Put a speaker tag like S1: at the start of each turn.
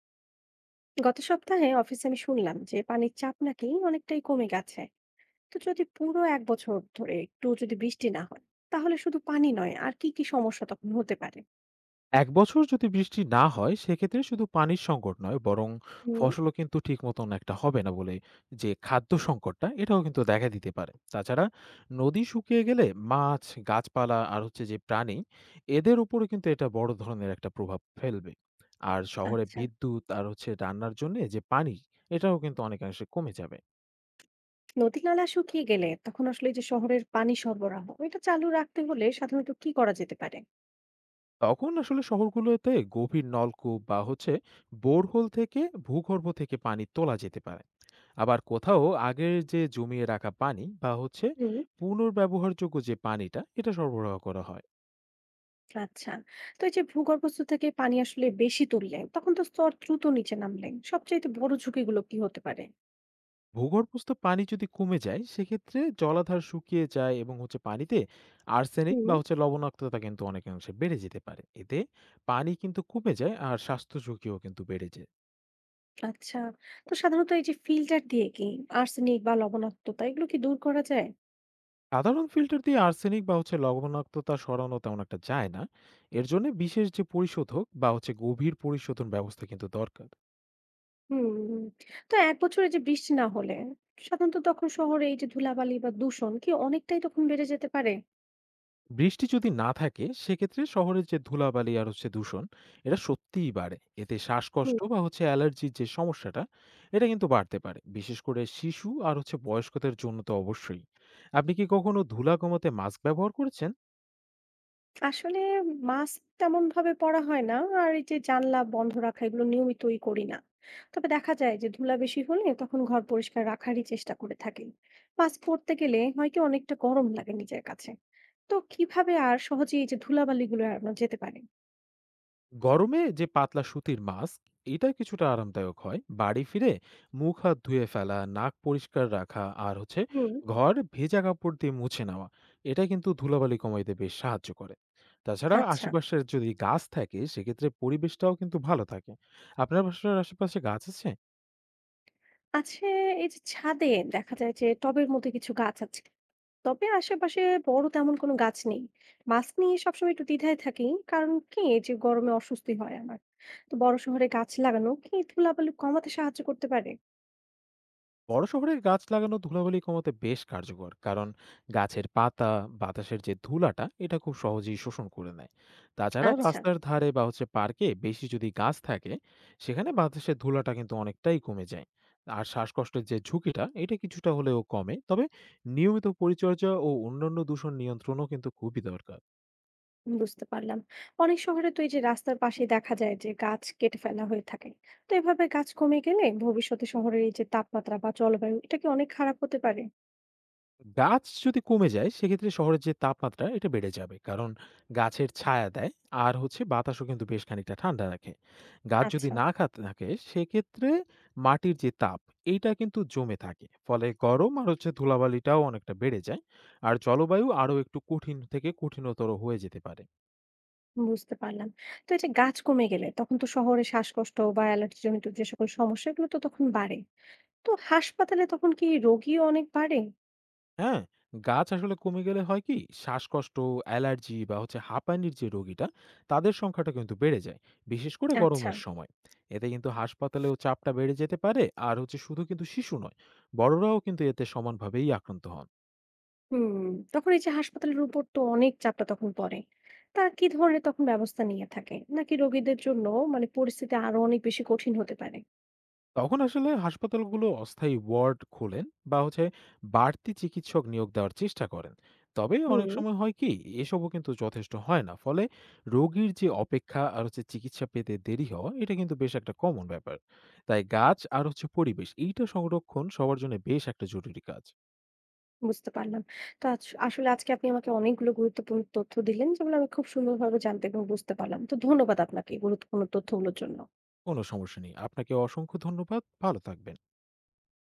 S1: গত সপ্তাহে অফিসে আমি শুনলাম যে পানির চাপ নাকি অনেকটাই কমে গেছে। তো যদি পুরো এক বছর ধরে একটু যদি বৃষ্টি না হয়, তাহলে শুধু পানি নয় আর কি কি সমস্যা তখন হতে পারে?
S2: ১ বছর যদি বৃষ্টি না হয়, সেক্ষেত্রে শুধু পানির সংকট নয়, বরং
S1: হুম।
S2: ফসলও কিন্তু ঠিক মতন একটা হবে না বলে যে খাদ্য সংকটটা, এটাও কিন্তু দেখা দিতে পারে। তাছাড়া নদী শুকিয়ে গেলে মাছ, গাছপালা আর যে প্রাণী, এদের উপরে কিন্তু এটা বড় ধরনের একটা প্রভাব ফেলবে। আর শহরে
S1: আচ্ছা।
S2: বিদ্যুৎ আর রান্নার জন্যে যে পানি, এটাও কিন্তু অনেকাংশে কমে যাবে।
S1: নদী নালা শুকিয়ে গেলে তখন আসলে এই যে শহরের পানি সরবরাহ এটা চালু রাখতে হলে সাধারণত কি করা যেতে পারে?
S2: তখন আসলে শহরগুলোতে গভীর নলকূপ বা বোরহোল থেকে ভূগর্ভ থেকে পানি তোলা যেতে পারে। আবার কোথাও আগের যে জমিয়ে রাখা পানি বা
S1: হুম।
S2: পুনর্ব্যবহারযোগ্য যে পানিটা এটা সরবরাহ করা হয়।
S1: আচ্ছা। তো এই যে ভূগর্ভস্থ থেকে পানি আসলে বেশি তুললে তখন তো স্তর দ্রুত নিচে নামলে সবচেয়ে বড় ঝুঁকিগুলো কি হতে পারে?
S2: ভূগর্ভস্থ পানি যদি কমে যায় সেক্ষেত্রে জলাধার শুকিয়ে যায় এবং পানিতে আর্সেনিক
S1: হুম।
S2: বা লবণাক্ততা কিন্তু অনেকাংশে বেড়ে যেতে পারে। এতে পানি কিন্তু কমে যায় আর স্বাস্থ্য ঝুঁকিও কিন্তু বেড়ে যায়।
S1: আচ্ছা। তো সাধারণত এই যে ফিল্টার দিয়ে কি আর্সেনিক বা লবণাক্ততা এগুলো কি দূর করা যায়?
S2: সাধারণ ফিল্টার দিয়ে আর্সেনিক বা লবণাক্ততা সরানো তেমন একটা যায় না। এর জন্য বিশেষ যে পরিশোধক বা গভীর পরিশোধন ব্যবস্থা কিন্তু দরকার।
S1: হুম, হুম। তো এক বছর এই যে বৃষ্টি না হলে সাধারণত তখন শহরে এই যে ধুলাবালি বা দূষণ কি অনেকটাই তখন বেড়ে যেতে পারে?
S2: বৃষ্টি যদি না থাকে সেক্ষেত্রে শহরের যে ধুলাবালি আর দূষণ, এটা সত্যিই বাড়ে। এতে
S1: হুম।
S2: শ্বাসকষ্ট বা অ্যালার্জির যে সমস্যাটা, এটা কিন্তু বাড়তে পারে, বিশেষ করে শিশু আর বয়স্কদের জন্য তো অবশ্যই। আপনি কি কখনো ধুলা কমাতে মাস্ক ব্যবহার করেছেন?
S1: আসলে মাস্ক তেমন ভাবে পরা হয় না, আর এই যে জানলা বন্ধ রাখা এগুলো নিয়মিতই করি না। তবে দেখা যায় যে ধুলা বেশি হলে তখন ঘর পরিষ্কার রাখারই চেষ্টা করে থাকি। মাস্ক পরতে গেলে হয় কি অনেকটা গরম লাগে নিজের কাছে। তো কিভাবে আর সহজেই এই যে ধুলাবালিগুলো এড়ানো যেতে পারে?
S2: গরমে যে পাতলা সুতির মাস্ক, এটা কিছুটা আরামদায়ক হয়। বাড়ি ফিরে মুখ হাত ধুয়ে ফেলা, নাক পরিষ্কার রাখা আর
S1: হুম।
S2: ঘর ভেজা কাপড় দিয়ে মুছে নেওয়া, এটা কিন্তু ধুলাবালি কমাইতে বেশ সাহায্য করে। তাছাড়া
S1: আচ্ছা।
S2: আশেপাশের যদি গাছ থাকে সেক্ষেত্রে পরিবেশটাও কিন্তু ভালো থাকে। আপনার বাসার আশেপাশে গাছ আছে?
S1: আছে। এই যে ছাদে দেখা যায় যে টবের মধ্যে কিছু গাছ আছে। তবে আশেপাশে বড় তেমন কোনো গাছ নেই। গাছ নিয়ে সবসময় একটু দ্বিধায় থাকি। কারণ কি এই যে গরমে অস্বস্তি হয় আমার। তো বড় শহরে গাছ লাগানো কি ধুলাবালি কমাতে সাহায্য করতে পারে?
S2: বড় শহরে গাছ লাগানো ধুলাবালি কমাতে বেশ কার্যকর, কারণ গাছের পাতা বাতাসের যে ধুলাটা এটা খুব সহজেই শোষণ করে নেয়। তাছাড়া
S1: আচ্ছা,
S2: রাস্তার ধারে বা পার্কে বেশি যদি গাছ থাকে, সেখানে বাতাসের ধুলাটা কিন্তু অনেকটাই কমে যায়, আর শ্বাসকষ্টের যে ঝুঁকিটা এটা কিছুটা হলেও কমে। তবে নিয়মিত পরিচর্যা ও অন্যান্য দূষণ নিয়ন্ত্রণও কিন্তু খুবই দরকার।
S1: বুঝতে পারলাম। অনেক শহরে তো এই যে রাস্তার পাশে দেখা যায় যে গাছ কেটে ফেলা হয়ে থাকে। তো এভাবে গাছ কমে গেলে ভবিষ্যতে শহরের এই যে তাপমাত্রা বা জলবায়ু এটা কি অনেক খারাপ হতে পারে?
S2: গাছ যদি কমে যায় সেক্ষেত্রে শহরের যে তাপমাত্রা এটা বেড়ে যাবে, কারণ গাছের ছায়া দেয় আর বাতাসও কিন্তু বেশ খানিকটা ঠান্ডা রাখে। গাছ যদি
S1: আচ্ছা।
S2: না খাতে থাকে সেক্ষেত্রে মাটির যে তাপ এইটা কিন্তু জমে থাকে, ফলে গরম আর ধুলাবালিটাও অনেকটা বেড়ে যায়, আর জলবায়ু আরো একটু কঠিন থেকে কঠিনতর হয়ে যেতে পারে।
S1: বুঝতে পারলাম। তো এই যে গাছ কমে গেলে তখন তো শহরে শ্বাসকষ্ট বা অ্যালার্জি জনিত যে সকল সমস্যা এগুলো তো তখন বাড়ে। তো হাসপাতালে তখন কি রোগীও অনেক বাড়ে?
S2: হ্যাঁ, গাছ আসলে কমে গেলে হয় কি শ্বাসকষ্ট, অ্যালার্জি বা হাঁপানির যে রোগীটা, তাদের সংখ্যাটা কিন্তু বেড়ে যায়, বিশেষ করে
S1: আচ্ছা।
S2: গরমের সময়। এতে কিন্তু হাসপাতালেও চাপটা বেড়ে যেতে পারে, আর শুধু কিন্তু শিশু নয়, বড়রাও কিন্তু এতে সমানভাবেই আক্রান্ত হন।
S1: হুম। তখন এই যে হাসপাতালের উপর তো অনেক চাপটা তখন পড়ে। তারা কি ধরনের তখন ব্যবস্থা নিয়ে থাকে? নাকি রোগীদের জন্য মানে পরিস্থিতি আরো অনেক বেশি কঠিন হতে পারে?
S2: তখন আসলে হাসপাতালগুলো অস্থায়ী ওয়ার্ড খোলেন বা বাড়তি চিকিৎসক নিয়োগ দেওয়ার চেষ্টা করেন। তবে অনেক
S1: হুম,
S2: সময় হয় কি এসবও কিন্তু যথেষ্ট হয় না, ফলে রোগীর যে অপেক্ষা আর চিকিৎসা পেতে দেরি হওয়া, এটা কিন্তু বেশ একটা কমন ব্যাপার। তাই গাছ আর পরিবেশ এইটা সংরক্ষণ সবার জন্য বেশ একটা জরুরি কাজ।
S1: বুঝতে পারলাম। তো আছ আসলে আজকে আপনি আমাকে অনেকগুলো গুরুত্বপূর্ণ তথ্য দিলেন যেগুলো আমি খুব সুন্দরভাবে জানতে এবং বুঝতে পারলাম। তো ধন্যবাদ আপনাকে এই গুরুত্বপূর্ণ তথ্যগুলোর জন্য।
S2: কোনো সমস্যা নেই, আপনাকে অসংখ্য ধন্যবাদ, ভালো থাকবেন।